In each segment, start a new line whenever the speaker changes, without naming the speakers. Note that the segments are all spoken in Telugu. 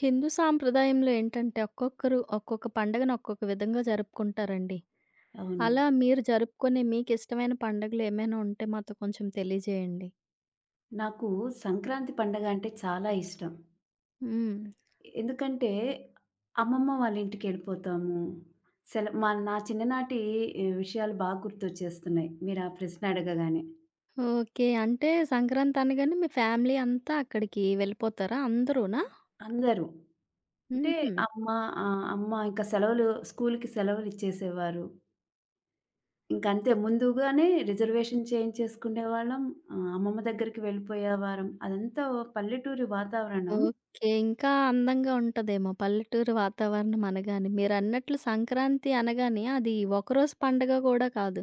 హిందూ సాంప్రదాయంలో ఏంటంటే, ఒక్కొక్కరు ఒక్కొక్క పండగను ఒక్కొక్క విధంగా జరుపుకుంటారండి.
అవును.
అలా మీరు జరుపుకునే మీకిష్టమైన పండగలు ఏమైనా ఉంటే మాతో కొంచెం తెలియజేయండి.
నాకు సంక్రాంతి పండగ అంటే చాలా ఇష్టం.
హ్మ్.
ఎందుకంటే అమ్మమ్మ వాళ్ళ ఇంటికెళ్ళిపోతాము. మా నా చిన్ననాటి విషయాలు బాగా గుర్తొచ్చేస్తున్నాయి, మీరు ఆ ప్రశ్న అడగగానే.
ఓకే. అంటే సంక్రాంతి అనగానే మీ ఫ్యామిలీ అంతా అక్కడికి వెళ్ళిపోతారా? అందరూనా?
అందరూ అంటే
హుహు.
అమ్మ అమ్మ ఇంకా సెలవులు స్కూలుకి సెలవులిచ్చేసేవారు. ఇంకంతే ముందుగానే రిజర్వేషన్ చేయించేసుకునేవాళ్ళం. అమ్మమ్మ దగ్గరికి వెళ్ళిపోయేవారం. అదంతా ఓ పల్లెటూరి వాతావరణం
ఓకే. ఇంకా అందంగా ఉంటదేమో పల్లెటూరు వాతావరణం అనగానే. మీరన్నట్లు సంక్రాంతి అనగానే అది ఒకరోజు పండగ గూడా కాదు.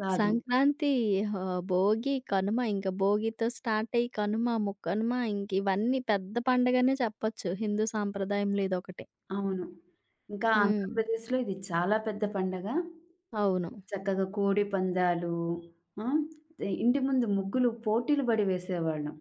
కాదు.
సంక్రాంతి, హ భోగి, కనుమ ఇంక భోగితో స్టార్ట్ అయ్యి కనుమ, ముక్కనుమ ఇంక ఇవన్నీ పెద్ద పండగనే చెప్పొచ్చు. హిందూ సాంప్రదాయంలో ఇదొకటి.
అవును, ఇంకా
హ్మ్.
ఆంధ్రప్రదేశ్‌లో ఇది చాలా పెద్ద పండగ.
అవును.
చక్కగా కోడి పందాలు, ఆ! ఇంటి ముందు ముగ్గులు పోటీలు పడి వేసేవాళ్ళం.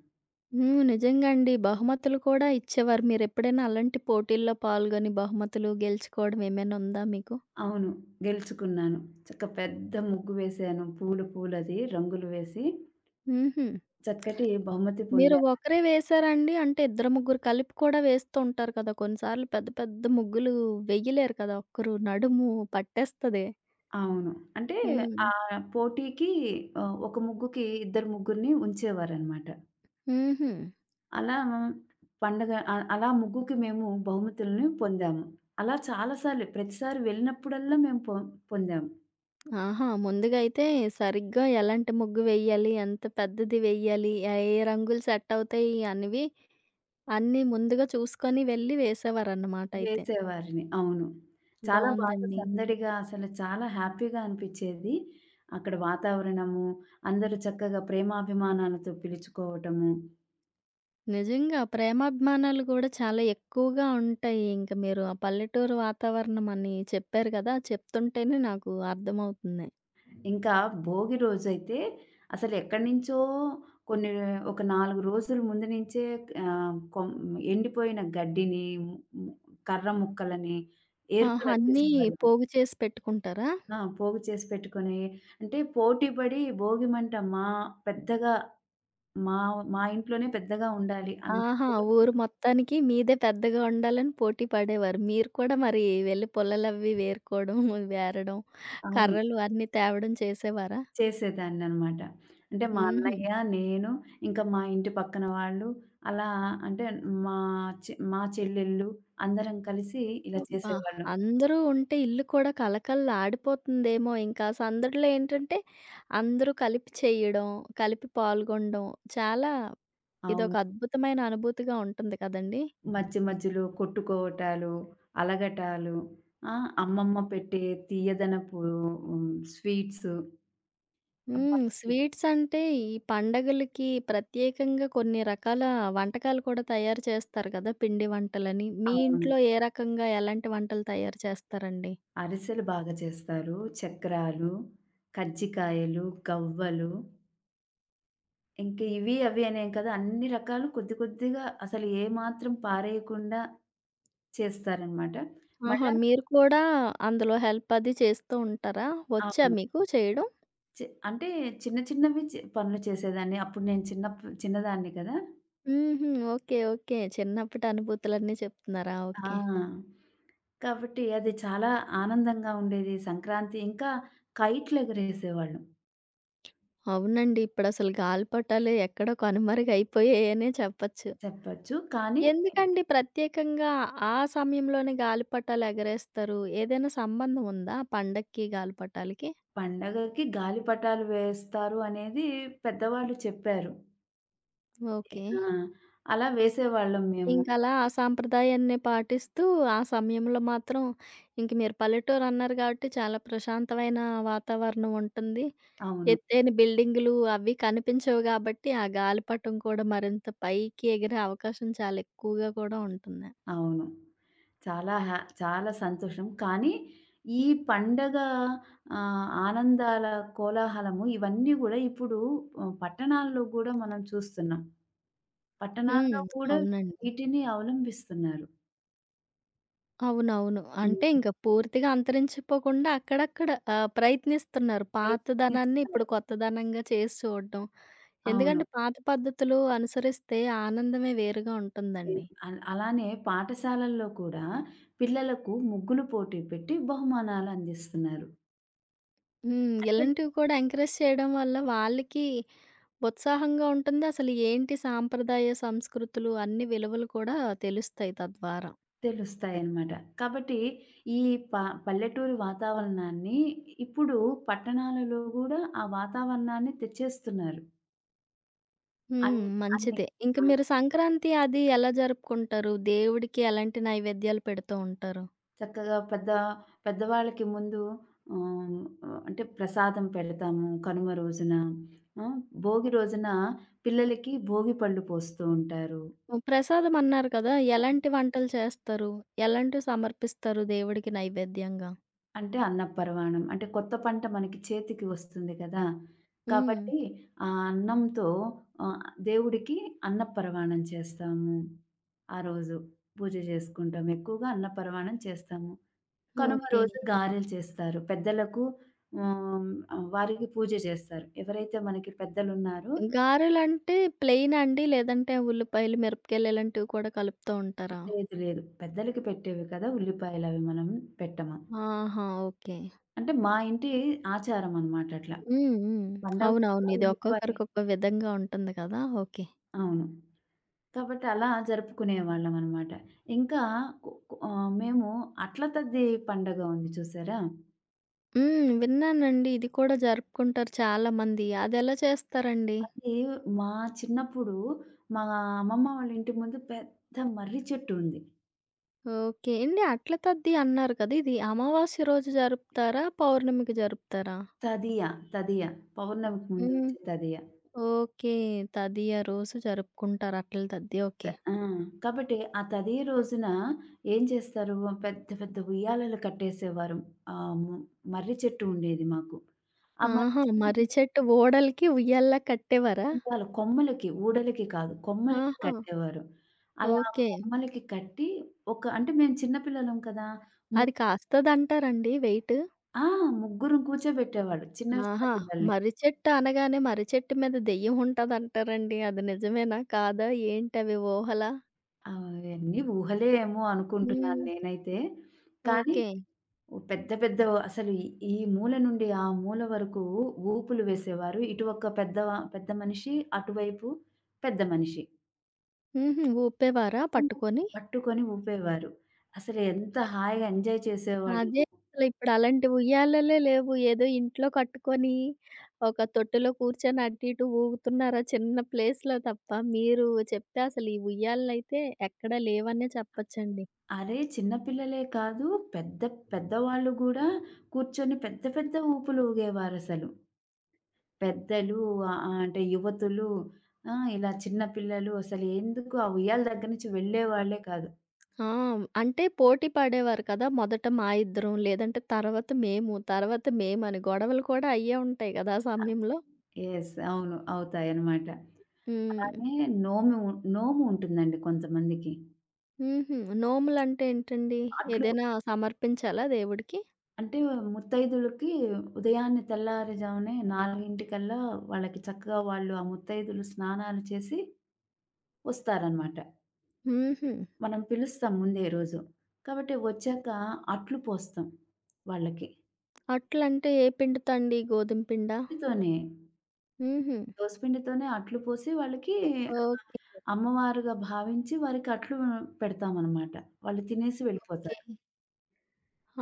హ్మ్. నిజంగా అండి. బహుమతులు కూడా ఇచ్చేవారు. మీరెప్పుడైనా అలాంటి పోటీల్లో పాల్గొని బహుమతులు గెలుచుకోవడం ఏమైనా ఉందా మీకు?
అవును, గెలుచుకున్నాను. చక్క పెద్ద ముగ్గు వేశాను, పూలు పూలది రంగులు వేసి,
హుహు.
చక్కటి బహుమతి
మీరు
పొందా.
ఒకరే వేశారండి? అంటే ఇద్దరు, ముగ్గురు కలిపి కూడా వేస్తూ ఉంటారు కదా! కొన్నిసార్లు పెద్ద పెద్ద ముగ్గులు వెయ్యలేరు కదా! ఒక్కరు నడుము పట్టేస్తది.
అవును, అంటే
హ్మ్.
ఆ పోటీకి ఒక ముగ్గుకి ఇద్దరు ముగ్గురిని ఉంచేవారనమాట.
హుహు.
అలా పండగ అలా ముగ్గుకి మేము బహుమతులను పొందాము. అలా చాలా సార్లు ప్రతిసారి వెళ్ళినప్పుడల్లా మేము పొందాము.
ఆహా! ముందుగా అయితే సరిగ్గా ఎలాంటి ముగ్గు వెయ్యాలి, ఎంత పెద్దది వెయ్యాలి, ఏ ఏ రంగులు సెట్ అవుతాయి అనేవి అన్నీ ముందుగా చూసుకొని వెళ్లి వేసేవారన్నమాట అయితే.
వేసేవారిని. అవును, చాలా బాగా
బావుందండి.
సందడిగా అసలు చాలా హ్యాపీగా అనిపిచ్చేది. అక్కడ వాతావరణము, అందరూ చక్కగా ప్రేమాభిమానాలతో పిలుచుకోవటము.
నిజంగా ప్రేమాభిమానాలు గూడా చాలా ఎక్కువగా ఉంటాయి. ఇంక మీరు ఆ పల్లెటూరు వాతావరణం అని చెప్పారు గదా! చెప్తుంటేనే నాకు అర్థమవుతుంది.
ఇంకా భోగి రోజైతే అసలెక్కడి నుంచో కొన్ని ఒక 4 రోజుల ముందు నుంచే ఆహ్, కొం ఎండిపోయిన గడ్డిని, కర్ర ముక్కలని
ఆహా! అన్నీ
ఏరుకొనొచ్చేసేవాళ్ళు.
పోగు చేసి పెట్టుకుంటారా?
ఆ! పోగు చేసి పెట్టుకొని, అంటే పోటీ పడి భోగి మంట మా పెద్దగా మా మా ఇంట్లోనే పెద్దగా ఉండాలి
ఆహా!
అన్నట్టుగా.
ఊరు మొత్తానికి మీదే పెద్దగా ఉండాలని పోటీ పడేవారు. మీరు కూడా మరి వెళ్లి పుల్లలవి వేరుకోవడం, వేరడం,
అవును,
కర్రలు అన్నీ తేవడం చేసేవారా?
చేసేదాన్ననమాట. అంటే మా
హుహు.
అన్నయ్య, నేను, ఇంకా మా ఇంటి పక్కన వాళ్ళు, అలా అంటే మా మా చెల్లెళ్ళు అందరం కలిసి ఇలా
అబ్బా!
చేసేవాళ్ళం.
అందరూ ఉంటే ఇల్లు కూడా కళకళలాడిపోతుందేమో ఇంకా. సందడిలో ఏంటంటే అందరూ కలిపి చేయడం, కలిపి పాల్గొనడం చాలా ఇదొక
అవును.
అద్భుతమైన అనుభూతిగా ఉంటుంది కదండీ!
మధ్య మధ్యలో కొట్టుకోవటాలు, అలగటాలు, ఆ! అమ్మమ్మ పెట్టే తీయదనపు, హ్మ్, స్వీట్స్. అబ్బా!
హ్మ్. స్వీట్స్ అంటే ఈ పండగలకి ప్రత్యేకంగా కొన్ని రకాల వంటకాలు కూడా తయారు చేస్తారు కదా! పిండి వంటలని. మీ
అవును,
ఇంట్లో ఏ రకంగా ఎలాంటి వంటలు తయారు చేస్తారండి?
అరిసెలు బాగా చేస్తారు. చక్రాలు, కజ్జికాయలు, గవ్వలు. ఇంక ఇవి, అవి అనేం కాదు. అన్ని రకాలు కొద్ది కొద్దిగా అసలు ఏమాత్రం పారేయకుండా చేస్తారనమాట.
ఆహా!
మళ్ళా
మీరు కూడా అందులో హెల్ప్ అది చేస్తూ ఉంటారా? వచ్చా
అవును.
మీకు చేయడం?
అంటే చిన్న చిన్నవి పనులు చేసేదాన్ని. అప్పుడు నేను చిన్నదాన్ని కదా!
హుహు. ఓకే. ఓకే. చిన్నప్పటి అనుభూతులన్నీ చెప్తున్నారా?
ఆ!
ఓకే.
కాబట్టి అది చాలా ఆనందంగా ఉండేది. సంక్రాంతి ఇంకా కైట్‌లెగరేసేవాళ్ళం.
అవునండి. ఇప్పుడసలు గాలిపటాలు ఎక్కడో కనుమరుగైపోయాయనే చెప్పొచ్చు.
చెప్పచ్చు. కానీ
ఎందుకండి ప్రత్యేకంగా ఆ సమయంలోనే గాలిపటాలు ఎగరేస్తారు? ఏదైనా సంబంధం ఉందా ఆ పండక్కి గాలిపటాలకి?
పండగకి గాలిపటాలు వేస్తారు అనేది పెద్దవాళ్ళు చెప్పారు.
ఓకే.
ఆ! అలా వేసేవాళ్ళం మేము.
ఇంకలా ఆ సాంప్రదాయాన్నే పాటిస్తూ, ఆ సమయంలో మాత్రం ఇంక మీరు పల్లెటూరన్నారు గాబట్టి చాలా ప్రశాంతమైన వాతావరణం ఉంటుంది.
అవును.
ఎత్తైన బిల్డింగులు అవి కనిపించవు గాబట్టి, ఆ గాలిపటం కూడా మరింత పైకి ఎగిరే అవకాశం చాలా ఎక్కువగా కూడా ఉంటుంది.
అవును, చాలా సంతోషం. కానీ, ఈ పండగ ఆనందాల కోలాహలము, ఇవన్నీ గూడా ఇప్పుడు పట్టణాల్లో గూడా మనం చూస్తున్నాం. పట్టణాల్లో
హ్మ్.
కూడా
అవునండి.
వీటిని అవలంబిస్తున్నారు.
అవునవును. అంటే
హ్మ్.
ఇంక పూర్తిగా అంతరించిపోకుండా అక్కడక్కడ ప్రయత్నిస్తున్నారు. పాతదనాన్ని ఇప్పుడు
ప్రయత్నిస్తున్నారు.
కొత్తదనంగా చేసి చూడడం.
అవును.
ఎందుకంటే పాత పద్ధతులు అనుసరిస్తే ఆనందమే వేరుగా ఉంటుందండి.
అలానే పాఠశాలల్లో కూడా పిల్లలకు ముగ్గులు పోటీ పెట్టి బహుమానాలు అందిస్తున్నారు.
హ్మ్.
అంటే
ఇలాంటివి కూడా ఎంకరేజ్ చేయడం వల్ల వాళ్ళకి ఉత్సాహంగా ఉంటుంది. అసలు ఏంటి సాంప్రదాయ సంస్కృతులు అన్ని విలువలు కూడా తెలుస్తాయి తద్వారా.
తెలుస్తాయన్నమాట. కాబట్టి ఈ ప పల్లెటూరి వాతావరణాన్ని ఇప్పుడు పట్టణాలలో గూడా ఆ వాతావరణాన్ని తెచ్చేస్తున్నారు. అన్
హ్మ్.
అన్ని
మంచిదే. ఇంక
ఆ!
మీరు సంక్రాంతి అది ఎలా జరుపుకుంటారు? దేవుడికి ఎలాంటి నైవేద్యాలు పెడుతూ ఉంటారు?
చక్కగా పెద్ద పెద్దవాళ్ళకి ముందు ఆహ్, అంటే ప్రసాదం పెడతాము కనుమ రోజున. ఆ! భోగి రోజున పిల్లలకి భోగి పళ్ళు పోస్తూ ఉంటారు.
హ్మ్. ప్రసాదం అన్నారు కదా! ఎలాంటి వంటలు చేస్తారు? ఎలాంటివి సమర్పిస్తారు దేవుడికి నైవేద్యంగా?
అంటే అన్నపరమాణం. అంటే కొత్త పంట మనకి చేతికి వస్తుంది కదా!
హ్మ్.
కాబట్టి ఆ అన్నంతో ఆహ్, దేవుడికి అన్నపరమాణం చేస్తాము. ఆ రోజు పూజ చేసుకుంటాం. ఎక్కువగా అన్నపరమాణం చేస్తాము. కనుమ
ఓకే.
రోజు గారెలు చేస్తారు. పెద్దలకు, హ్మ్, వారికి పూజ చేస్తారు, ఎవరైతే మనకి పెద్దలున్నారో.
గారెలంటే ప్లెయినా అండి? లేదంటే ఉల్లిపాయలు, మిరపకాయలు ఇలాంటివి కూడా కలుపుతూ ఉంటారా?
లేదు లేదు, పెద్దలకి పెట్టేవి కదా! ఉల్లిపాయలవి మనం పెట్టము.
ఆహా! ఓకే.
అంటే మా ఇంటి ఆచారం అనమాట అట్లా.
హ్మ్. హ్మ్.
పండగ పూట
అవునవును. ఇది
ఉల్లిపాయ.
ఒక్కొక్కరికి ఒక్కో విధంగా ఉంటుంది కదా! ఓకే.
అవును. కాబట్టి అలా జరుపుకునేవాళ్ళమనమాట. ఇంకా కొ కొ ఆహ్, మేము అట్ల తద్ది పండగ ఉంది చూసారా?
హ్మ్. విన్నానండి. ఇది కూడా జరుపుకుంటారు చాలామంది. అదెలా చేస్తారండి?
అది మా చిన్నప్పుడు మా అమ్మమ్మ వాళ్ళ ఇంటి ముందు పెద్ద మర్రి చెట్టు ఉంది.
ఓకే. ఏండి అట్ల తద్ది అన్నారు కదా! ఇది అమావాస్య రోజు జరుపుతారా? పౌర్ణమికి జరుపుతారా?
తదియ, తదియ, పౌర్ణమికి ముందు
హ్మ్.
వచ్చే తదియ.
ఓకే. తదియ రోజు జరుపుకుంటారు అట్ల తద్ది.
త
ఓకే.
ఆ! కాబట్టి ఆ తదియ రోజున ఏం చేస్తారు, పెద్ద పెద్ద ఉయ్యాలలు కట్టేసేవారు. ఆహ్, ము మర్రి చెట్టు ఉండేది మాకు. ఆ మర్రి
ఆహా!
చెట్టు,
మర్రి చెట్టు ఊడలకి ఉయ్యాలలా కట్టేవారా?
కాదు, కొమ్మలకి, ఊడలకి కాదు, కొమ్మలకి
ఆహా!
కట్టేవారు. అలా
ఓకే.
కొమ్మలకి కట్టి, ఒక అంటే మేము చిన్న పిల్లలం కదా! ము
అది కాస్తదంటారండి వెయిట్?
ఆ! ముగ్గురం కూర్చోబెట్టేవాడు, చిన్న, చిన్న
ఆహా!
పిల్లల్ని.
మర్రి చెట్టు అనగానే మర్రి చెట్టు మీద దెయ్యం ఉంటదంటారండి. అది నిజమేనా? కాదా? ఏంటవి ఊహలా?
అవన్నీ ఊహలే ఏమో అనుకుంటున్నాను
హ్మ్.
నేనైతే. కానీ
ఓకే.
పెద్ద, పెద్ద అసలు ఈ ఈ మూల నుండి ఆ మూల వరకు ఊపులు వేసేవారు. ఇటు ఒక పెద్ద పెద్ద మనిషి, అటువైపు పెద్ద మనిషి.
హుహు. ఊపేవారా
ఊ-
పట్టుకొని?
పట్టుకొని ఊపేవారు. అసలు ఎంత హాయిగా ఎంజాయ్
అదే
చేసేవాళ్ళము.
అసలు ఇప్పుడు అలాంటి ఉయ్యాలలే లేవు. ఏదో ఇంట్లో కట్టుకొని ఒక తొట్టెలో కూర్చొని అటు ఇటు ఊగుతున్నారా చిన్న ప్లేస్‌లో తప్ప, మీరు చెప్తే అసలు ఈ ఉయ్యాలనైతే ఎక్కడా లేవనే చెప్పొచ్చండి.
అరే! చిన్న పిల్లలే కాదు, పెద్ద పెద్దవాళ్ళు గూడా కూర్చొని పెద్ద పెద్ద ఊపులు ఊగేవారసలు. పెద్దలు, ఆహ్, ఆహ్, అంటే యువతులు, ఆ! ఇలా చిన్న పిల్లలు అసలు ఎందుకు ఆ ఉయ్యాల దగ్గర నుంచి వెళ్ళేవాళ్ళే కాదు.
ఆ! అంటే పోటీ పడేవారు కదా! మొదట మా ఇద్దరం, లేదంటే తర్వాత మేము, తర్వాత మేమని గొడవలు కూడా అయ్యే ఉంటాయి కదా! ఆ సమయంలో.
యెస్. అవును, అవుతాయన్నమాట.
హ్మ్.
అలానే నోము ఉంటుందండి కొంతమందికి.
హుహు. నోములంటే ఏంటండి?
అట్లు,
ఏదైనా సమర్పించాలా దేవుడికి?
అంటే ముత్తైదులకి ఉదయాన్నే తెల్లారుజామునే 4 కల్లా వాళ్ళకి, చక్కగా వాళ్ళు ఆ ముత్తైదులు స్నానాలు చేసి వస్తారనమాట.
హుహు.
మనం పిలుస్తాం ముందే రోజు. కాబట్టి వచ్చాక అట్లు పోస్తాం వాళ్ళకి.
అట్లంటే ఏ పిండితో అండి? గోధుమ పిండా?
పిండితోనే,
హుహు.
దోసపిండితోనే అట్లు పోసి వాళ్ళకి, ఆహ్,
ఓకే.
అమ్మవారుగా భావించి వారికి అట్లు పెడతామనమాట. వాళ్ళు తినేసి
ఓకే.
వెళ్ళిపోతారు.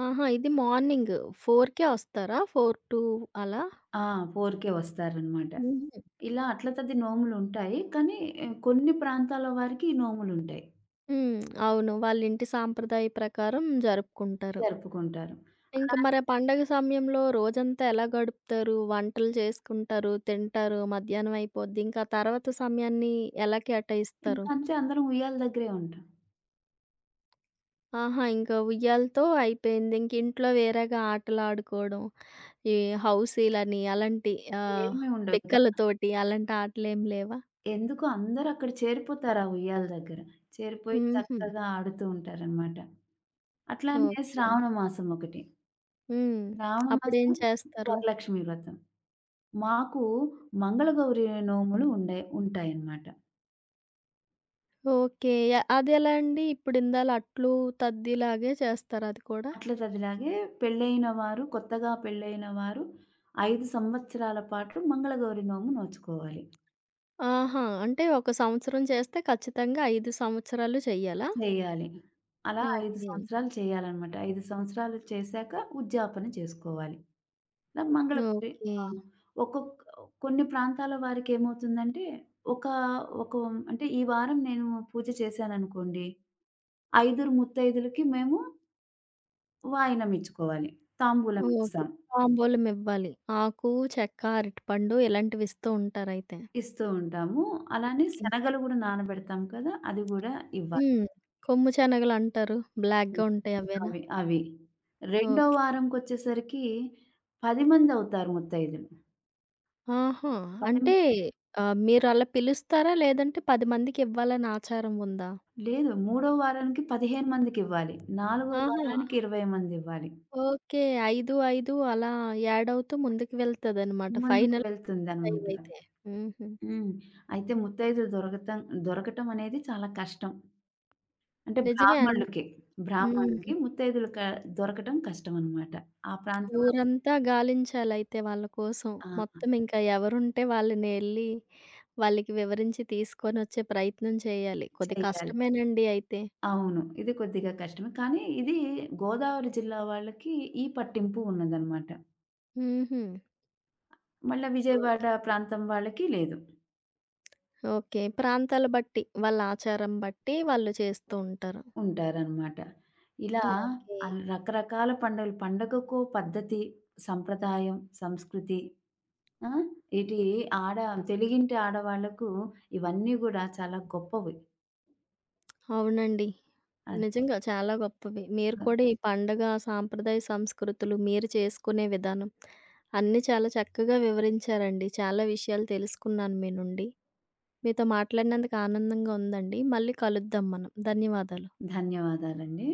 ఆహా! ఇది మార్నింగ్ 4:00కే వస్తారా? 4 టు అలా?
ఆ! 4కే వస్తారనమాట.
హుహు.
ఇలా అట్ల తద్ది నోములుంటాయి. కానీ ఏ, కొన్ని ప్రాంతాల వారికి ఈ నోములుంటాయి.
హ్మ్. అవును. వాళ్ళ ఇంటి సాంప్రదాయ ప్రకారం జరుపుకుంటారు.
జరుపుకుంటారు.
ఇంక మరి ఆ పండగ సమయంలో రోజంతా ఎలా గడుపుతారు? వంటలు చేసుకుంటారు, తింటారు, మధ్యాహ్నం అయిపోద్ది. ఇంకా తర్వాత సమయాన్ని ఎలా
ఇంకా
కేటాయిస్తారు?
అంతే అందరం ఉయ్యాల దగ్గరే ఉంటాం.
ఆహా! ఇంకా ఉయ్యాలతో అయిపోయింది. ఇంక ఇంట్లో వేరేగా ఆటలాడుకోవడం, ఈ హౌసీలని అలాంటి ఆహ్,
ఏమీ ఉండవు.
పిక్కలతోటి అలాంటి ఆటలేమి లేవా?
ఎందుకో అందరక్కడ చేరిపోతారు ఆ ఉయ్యాల దగ్గర. చేరిపోయి
హుహు.
చక్కగా ఆడుతూ ఉంటారనమాట. అట్లానే
ఓకే.
శ్రావణ మాసం ఒకటి.
హ్మ్.
శ్రావణ
అప్పుడేం
మాసం,
చేస్తారు?
వరలక్ష్మి వ్రతం. మాకు మంగళగౌరి నోములు ఉండే ఉంటాయన్నమాట.
ఓకే. అదెలా అండి? ఇప్పుడిందాల అట్లు, తద్దిలాగే చేస్తారా అది కూడా?
అట్ల తదిలాగే పెళ్ళైన వారు, కొత్తగా పెళ్ళైన వారు 5 సంవత్సరాల పాటు మంగళగౌరి నోము నోచుకోవాలి.
ఆహా! అంటే ఒక సంవత్సరం చేస్తే ఖచ్చితంగా 5 సంవత్సరాలు చెయ్యాలా?
చేయాలి. అలా 5
ఓకే.
సంవత్సరాలు చేయాలనమాట. 5 సంవత్సరాలు చేశాక ఉద్యాపన చేసుకోవాలి. ఇలా మంగళగిరి.
ఓకే.
ఆ! ఒక్కొక్క కొన్ని ప్రాంతాల వారికేమవుతుందంటే, ఒక ఒక అంటే ఈ వారం నేను పూజ చేశాననుకోండి, ఐదురు ముత్తైదులకి మేము వాయినం ఇచ్చుకోవాలి. తాంబూలం
ఓకే.
ఇస్తాం.
తాంబూలమివ్వాలి. ఆకు, చెక్క, అరటిపండు ఇలాంటివిస్తూ ఉంటారైతే.
ఇస్తూ ఉంటాము. అలానే
ఓకే.
శనగలు గూడా నానబెడతాం కదా! అది గూడా ఇవ్వాలి.
హ్మ్. కొమ్ము శనగలంటారు.
హ్మ్.
బ్లాక్‌గా ఉంటాయి అవేనా?
అవి అవి. రెండో
ఓకే.
వారంకొచ్చేసరికి 10 మందవుతారు ముత్తైదులు.
ఆహా!
10,
అంటే మీరలా పిలుస్తారా? లేదంటే 10 మందికివ్వాలని ఆచారం ఉందా?
లేదు, మూడో వారానికి 15 మందికివ్వాలి. నాలుగో
ఆహా!
వారానికి 20 మందివ్వాలి.
ఓకే. 5, 5 అలా యాడ్ అవుతూ ముందుకు వెళ్తదనమాట.
ముందుకు
ఫైనల్ 5
వెళ్తుందనమాట.
అయితే. హుహు.
హ్మ్. అయితే ముత్తైదులు దొరకటం అనేది చాలా కష్టం. అంటే
నిజమే.
బ్రాహ్మణులకి.
హ్మ్.
బ్రాహ్మణులకి ముత్తైదులు దొరకటం కష్టమనమాట. ఆ ప్రాంతంలో,
ఊరంతా గాలించాలయితే వాళ్ళ కోసం.
ఆ!
మొత్తం ఇంకా ఎవరుంటే వాళ్ళని ఎళ్లి వాళ్ళకి వివరించి తీసుకొనొచ్చే ప్రయత్నం చేయాలి. కొద్ది
చెయ్యాలి.
కష్టమేనండి అయితే.
అవును, ఇది కొద్దిగా కష్టమే. కానీ ఇది గోదావరి జిల్లా వాళ్ళకి ఈ పట్టింపు ఉన్నదనమాట.
హుహు.
మళ్ళా
ఓ
విజయవాడ ప్రాంతం వాళ్ళకి లేదు.
ఓకే. ప్రాంతాల బట్టి, వాళ్ళ ఆచారం బట్టి వాళ్ళు చేస్తూ ఉంటారు.
ఉంటారనమాట. ఇలా
ఓకే.
రకరకాల పండుగలు, పండగకో పద్ధతి, సంప్రదాయం, సంస్కృతి, ఆ! ఇది ఆడ తెలుగింటి ఆడవాళ్ళకు ఇవన్నీ గూడా చాలా గొప్పవి.
అవునండి.
అది.
నిజంగా చాలా గొప్పవి. మీరు కూడా ఈ పండగ, సాంప్రదాయ సంస్కృతులు, మీరు చేసుకునే విధానం అన్నీ చాలా చక్కగా వివరించారండి. చాలా విషయాలు తెలుసుకున్నాను మీ నుండి. మీతో మాట్లాడినందుకు ఆనందంగా ఉందండి. మళ్ళీ కలుద్దాం మనం. ధన్యవాదాలు.
ధన్యవాదాలండి.